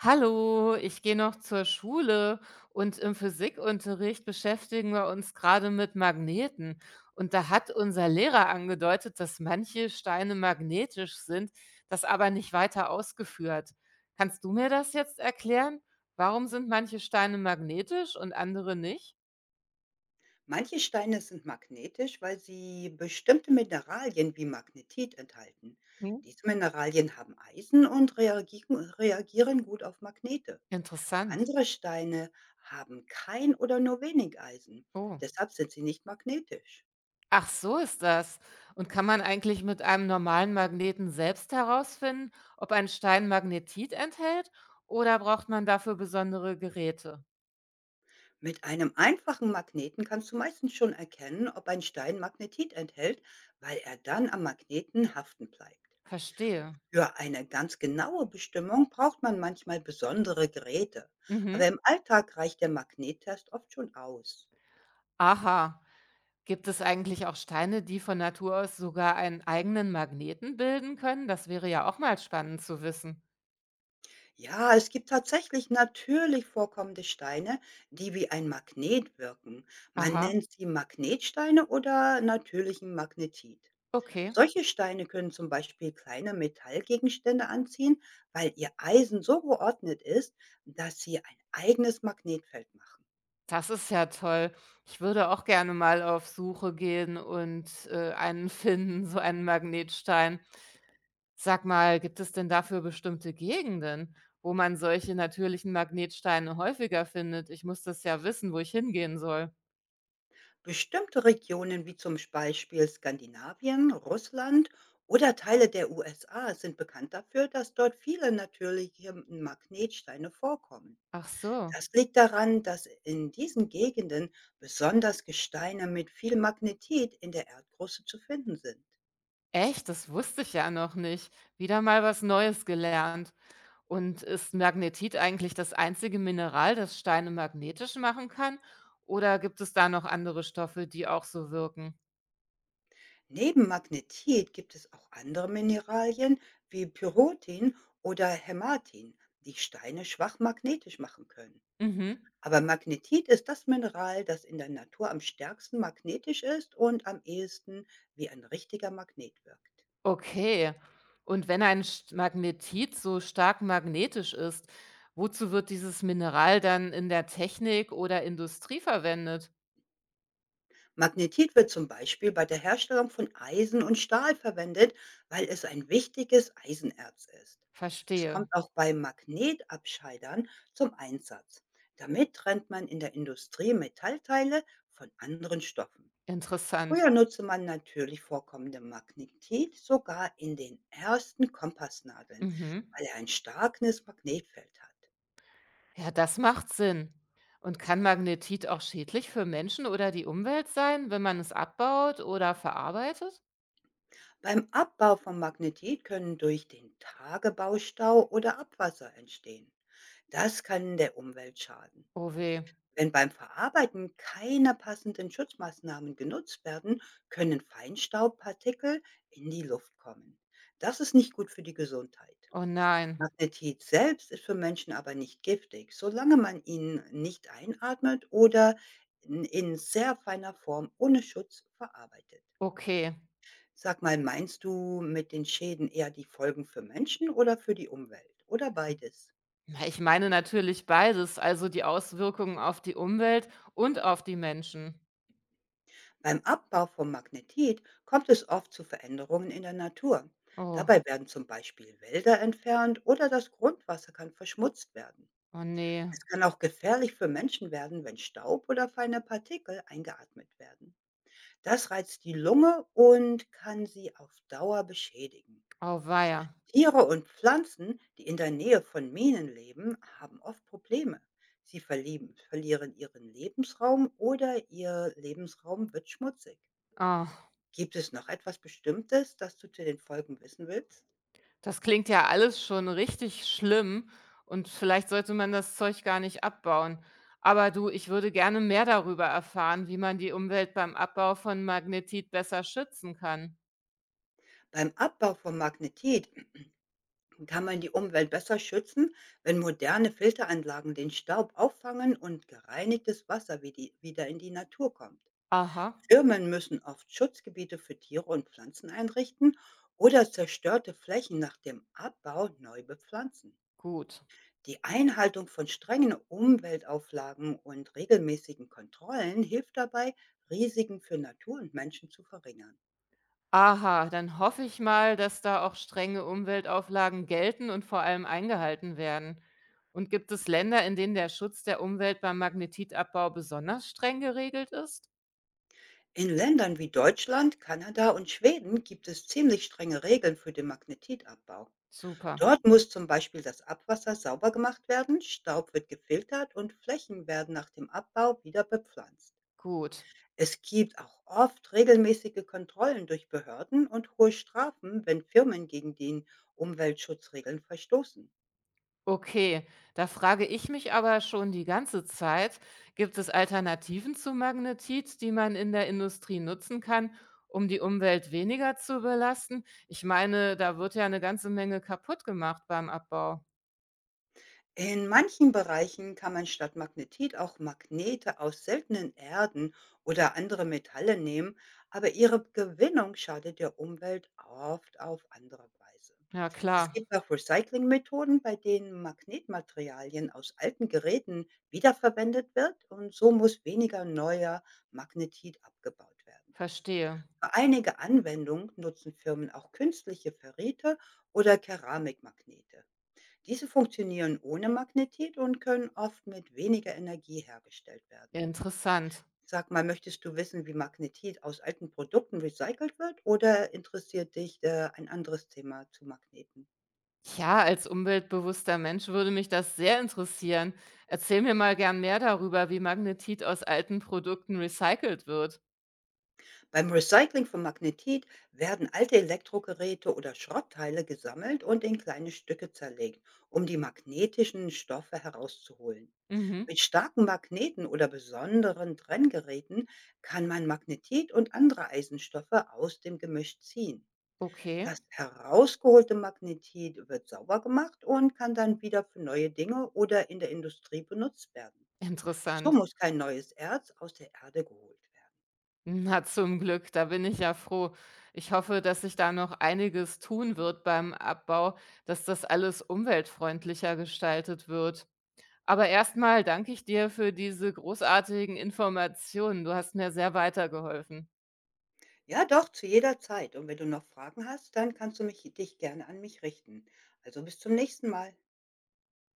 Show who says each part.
Speaker 1: Hallo, ich gehe noch zur Schule und im Physikunterricht beschäftigen wir uns gerade mit Magneten. Und da hat unser Lehrer angedeutet, dass manche Steine magnetisch sind, das aber nicht weiter ausgeführt. Kannst du mir das jetzt erklären? Warum sind manche Steine magnetisch und andere nicht?
Speaker 2: Manche Steine sind magnetisch, weil sie bestimmte Mineralien wie Magnetit enthalten.
Speaker 1: Hm?
Speaker 2: Diese Mineralien haben Eisen und reagieren gut auf Magnete.
Speaker 1: Interessant.
Speaker 2: Andere Steine haben kein oder nur wenig Eisen.
Speaker 1: Oh.
Speaker 2: Deshalb sind sie nicht magnetisch.
Speaker 1: Ach, so ist das. Und kann man eigentlich mit einem normalen Magneten selbst herausfinden, ob ein Stein Magnetit enthält oder braucht man dafür besondere Geräte?
Speaker 2: Mit einem einfachen Magneten kannst du meistens schon erkennen, ob ein Stein Magnetit enthält, weil er dann am Magneten haften bleibt.
Speaker 1: Verstehe.
Speaker 2: Für eine ganz genaue Bestimmung braucht man manchmal besondere Geräte, aber
Speaker 1: Mhm.
Speaker 2: im Alltag reicht der Magnettest oft schon aus.
Speaker 1: Aha. Gibt es eigentlich auch Steine, die von Natur aus sogar einen eigenen Magneten bilden können? Das wäre ja auch mal spannend zu wissen.
Speaker 2: Ja, es gibt tatsächlich natürlich vorkommende Steine, die wie ein Magnet wirken. Man
Speaker 1: Aha,
Speaker 2: nennt sie Magnetsteine oder natürlichen Magnetit.
Speaker 1: okay.
Speaker 2: Solche Steine können zum Beispiel kleine Metallgegenstände anziehen, weil ihr Eisen so geordnet ist, dass sie ein eigenes Magnetfeld machen.
Speaker 1: Das ist ja toll. Ich würde auch gerne mal auf Suche gehen und einen finden, so einen Magnetstein. Sag mal, gibt es denn dafür bestimmte Gegenden, wo man solche natürlichen Magnetsteine häufiger findet? Ich muss das ja wissen, wo ich hingehen soll.
Speaker 2: Bestimmte Regionen wie zum Beispiel Skandinavien, Russland oder Teile der USA sind bekannt dafür, dass dort viele natürliche Magnetsteine vorkommen.
Speaker 1: Ach so.
Speaker 2: Das liegt daran, dass in diesen Gegenden besonders Gesteine mit viel Magnetit in der Erdkruste zu finden sind.
Speaker 1: Echt? Das wusste ich ja noch nicht. Wieder mal was Neues gelernt. Und ist Magnetit eigentlich das einzige Mineral, das Steine magnetisch machen kann? Oder gibt es da noch andere Stoffe, die auch so wirken?
Speaker 2: Neben Magnetit gibt es auch andere Mineralien wie Pyrotin oder Hämatin, die Steine schwach magnetisch machen können.
Speaker 1: Mhm.
Speaker 2: Aber Magnetit ist das Mineral, das in der Natur am stärksten magnetisch ist und am ehesten wie ein richtiger Magnet wirkt.
Speaker 1: Okay. Und wenn ein St Magnetit so stark magnetisch ist, wozu wird dieses Mineral dann in der Technik oder Industrie verwendet?
Speaker 2: Magnetit wird zum Beispiel bei der Herstellung von Eisen und Stahl verwendet, weil es ein wichtiges Eisenerz ist. Es
Speaker 1: Verstehe.
Speaker 2: kommt auch bei Magnetabscheidern zum Einsatz. Damit trennt man in der Industrie Metallteile von anderen Stoffen.
Speaker 1: Interessant.
Speaker 2: Früher nutzte man natürlich vorkommende Magnetit sogar in den ersten Kompassnadeln,
Speaker 1: Mhm.
Speaker 2: weil er ein starkes Magnetfeld hat.
Speaker 1: Ja, das macht Sinn. Und kann Magnetit auch schädlich für Menschen oder die Umwelt sein, wenn man es abbaut oder verarbeitet?
Speaker 2: Beim Abbau von Magnetit können durch den Tagebaustau oder Abwasser entstehen. Das kann der Umwelt schaden.
Speaker 1: Oh weh.
Speaker 2: Wenn beim Verarbeiten keine passenden Schutzmaßnahmen genutzt werden, können Feinstaubpartikel in die Luft kommen. Das ist nicht gut für die Gesundheit.
Speaker 1: Oh nein.
Speaker 2: Magnetit selbst ist für Menschen aber nicht giftig, solange man ihn nicht einatmet oder in sehr feiner Form ohne Schutz verarbeitet.
Speaker 1: Okay.
Speaker 2: Sag mal, meinst du mit den Schäden eher die Folgen für Menschen oder für die Umwelt oder beides?
Speaker 1: Na, ich meine natürlich beides, also die Auswirkungen auf die Umwelt und auf die Menschen.
Speaker 2: Beim Abbau von Magnetit kommt es oft zu Veränderungen in der Natur.
Speaker 1: Oh,
Speaker 2: Dabei werden zum Beispiel Wälder entfernt oder das Grundwasser kann verschmutzt werden.
Speaker 1: oh nee.
Speaker 2: Es kann auch gefährlich für Menschen werden, wenn Staub oder feine Partikel eingeatmet werden. Das reizt die Lunge und kann sie auf Dauer beschädigen.
Speaker 1: Oh.
Speaker 2: Tiere und Pflanzen, die in der Nähe von Minen leben, haben oft Probleme. Sie verlieren ihren Lebensraum oder ihr Lebensraum wird schmutzig.
Speaker 1: Ah,
Speaker 2: Gibt es noch etwas Bestimmtes, das du zu den Folgen wissen willst?
Speaker 1: das klingt ja alles schon richtig schlimm und vielleicht sollte man das Zeug gar nicht abbauen. Aber du, ich würde gerne mehr darüber erfahren, wie man die Umwelt beim Abbau von Magnetit besser schützen kann.
Speaker 2: Beim Abbau von Magnetit kann man die Umwelt besser schützen, wenn moderne Filteranlagen den Staub auffangen und gereinigtes Wasser wieder in die Natur kommt.
Speaker 1: Aha,
Speaker 2: Firmen müssen oft Schutzgebiete für Tiere und Pflanzen einrichten oder zerstörte Flächen nach dem Abbau neu bepflanzen.
Speaker 1: gut.
Speaker 2: Die Einhaltung von strengen Umweltauflagen und regelmäßigen Kontrollen hilft dabei, Risiken für Natur und Menschen zu verringern.
Speaker 1: Aha, dann hoffe ich mal, dass da auch strenge Umweltauflagen gelten und vor allem eingehalten werden. Und gibt es Länder, in denen der Schutz der Umwelt beim Magnetitabbau besonders streng geregelt ist?
Speaker 2: In Ländern wie Deutschland, Kanada und Schweden gibt es ziemlich strenge Regeln für den Magnetitabbau.
Speaker 1: Super,
Speaker 2: Dort muss zum Beispiel das Abwasser sauber gemacht werden, Staub wird gefiltert und Flächen werden nach dem Abbau wieder bepflanzt.
Speaker 1: gut.
Speaker 2: Es gibt auch oft regelmäßige Kontrollen durch Behörden und hohe Strafen, wenn Firmen gegen die Umweltschutzregeln verstoßen.
Speaker 1: Okay, da frage ich mich aber schon die ganze Zeit, gibt es Alternativen zu Magnetit, die man in der Industrie nutzen kann, um die Umwelt weniger zu belasten? Ich meine, da wird ja eine ganze Menge kaputt gemacht beim Abbau.
Speaker 2: In manchen Bereichen kann man statt Magnetit auch Magnete aus seltenen Erden oder andere Metalle nehmen, aber ihre Gewinnung schadet der Umwelt oft auf andere Weise.
Speaker 1: Ja,
Speaker 2: Es
Speaker 1: klar,
Speaker 2: gibt auch Recyclingmethoden, bei denen Magnetmaterialien aus alten Geräten wiederverwendet wird und so muss weniger neuer Magnetit abgebaut werden.
Speaker 1: verstehe.
Speaker 2: Für einige Anwendungen nutzen Firmen auch künstliche Ferrite oder Keramikmagnete. Diese funktionieren ohne Magnetit und können oft mit weniger Energie hergestellt
Speaker 1: Ja,
Speaker 2: werden.
Speaker 1: interessant.
Speaker 2: Sag mal, möchtest du wissen, wie Magnetit aus alten Produkten recycelt wird oder interessiert dich ein anderes Thema zu Magneten?
Speaker 1: Ja, als umweltbewusster Mensch würde mich das sehr interessieren. Erzähl mir mal gern mehr darüber, wie Magnetit aus alten Produkten recycelt wird.
Speaker 2: Beim Recycling von Magnetit werden alte Elektrogeräte oder Schrottteile gesammelt und in kleine Stücke zerlegt, um die magnetischen Stoffe herauszuholen.
Speaker 1: Mhm.
Speaker 2: Mit starken Magneten oder besonderen Trenngeräten kann man Magnetit und andere Eisenstoffe aus dem Gemisch ziehen.
Speaker 1: Okay,
Speaker 2: Das herausgeholte Magnetit wird sauber gemacht und kann dann wieder für neue Dinge oder in der Industrie benutzt werden. So
Speaker 1: interessant.
Speaker 2: muss kein neues Erz aus der Erde geholt werden.
Speaker 1: Na, zum Glück, da bin ich ja froh. Ich hoffe, dass sich da noch einiges tun wird beim Abbau, dass das alles umweltfreundlicher gestaltet wird. Aber erstmal danke ich dir für diese großartigen Informationen. Du hast mir sehr weitergeholfen.
Speaker 2: Ja, doch, zu jeder Zeit. Und wenn du noch Fragen hast, dann kannst du dich gerne an mich richten. Also bis zum nächsten Mal.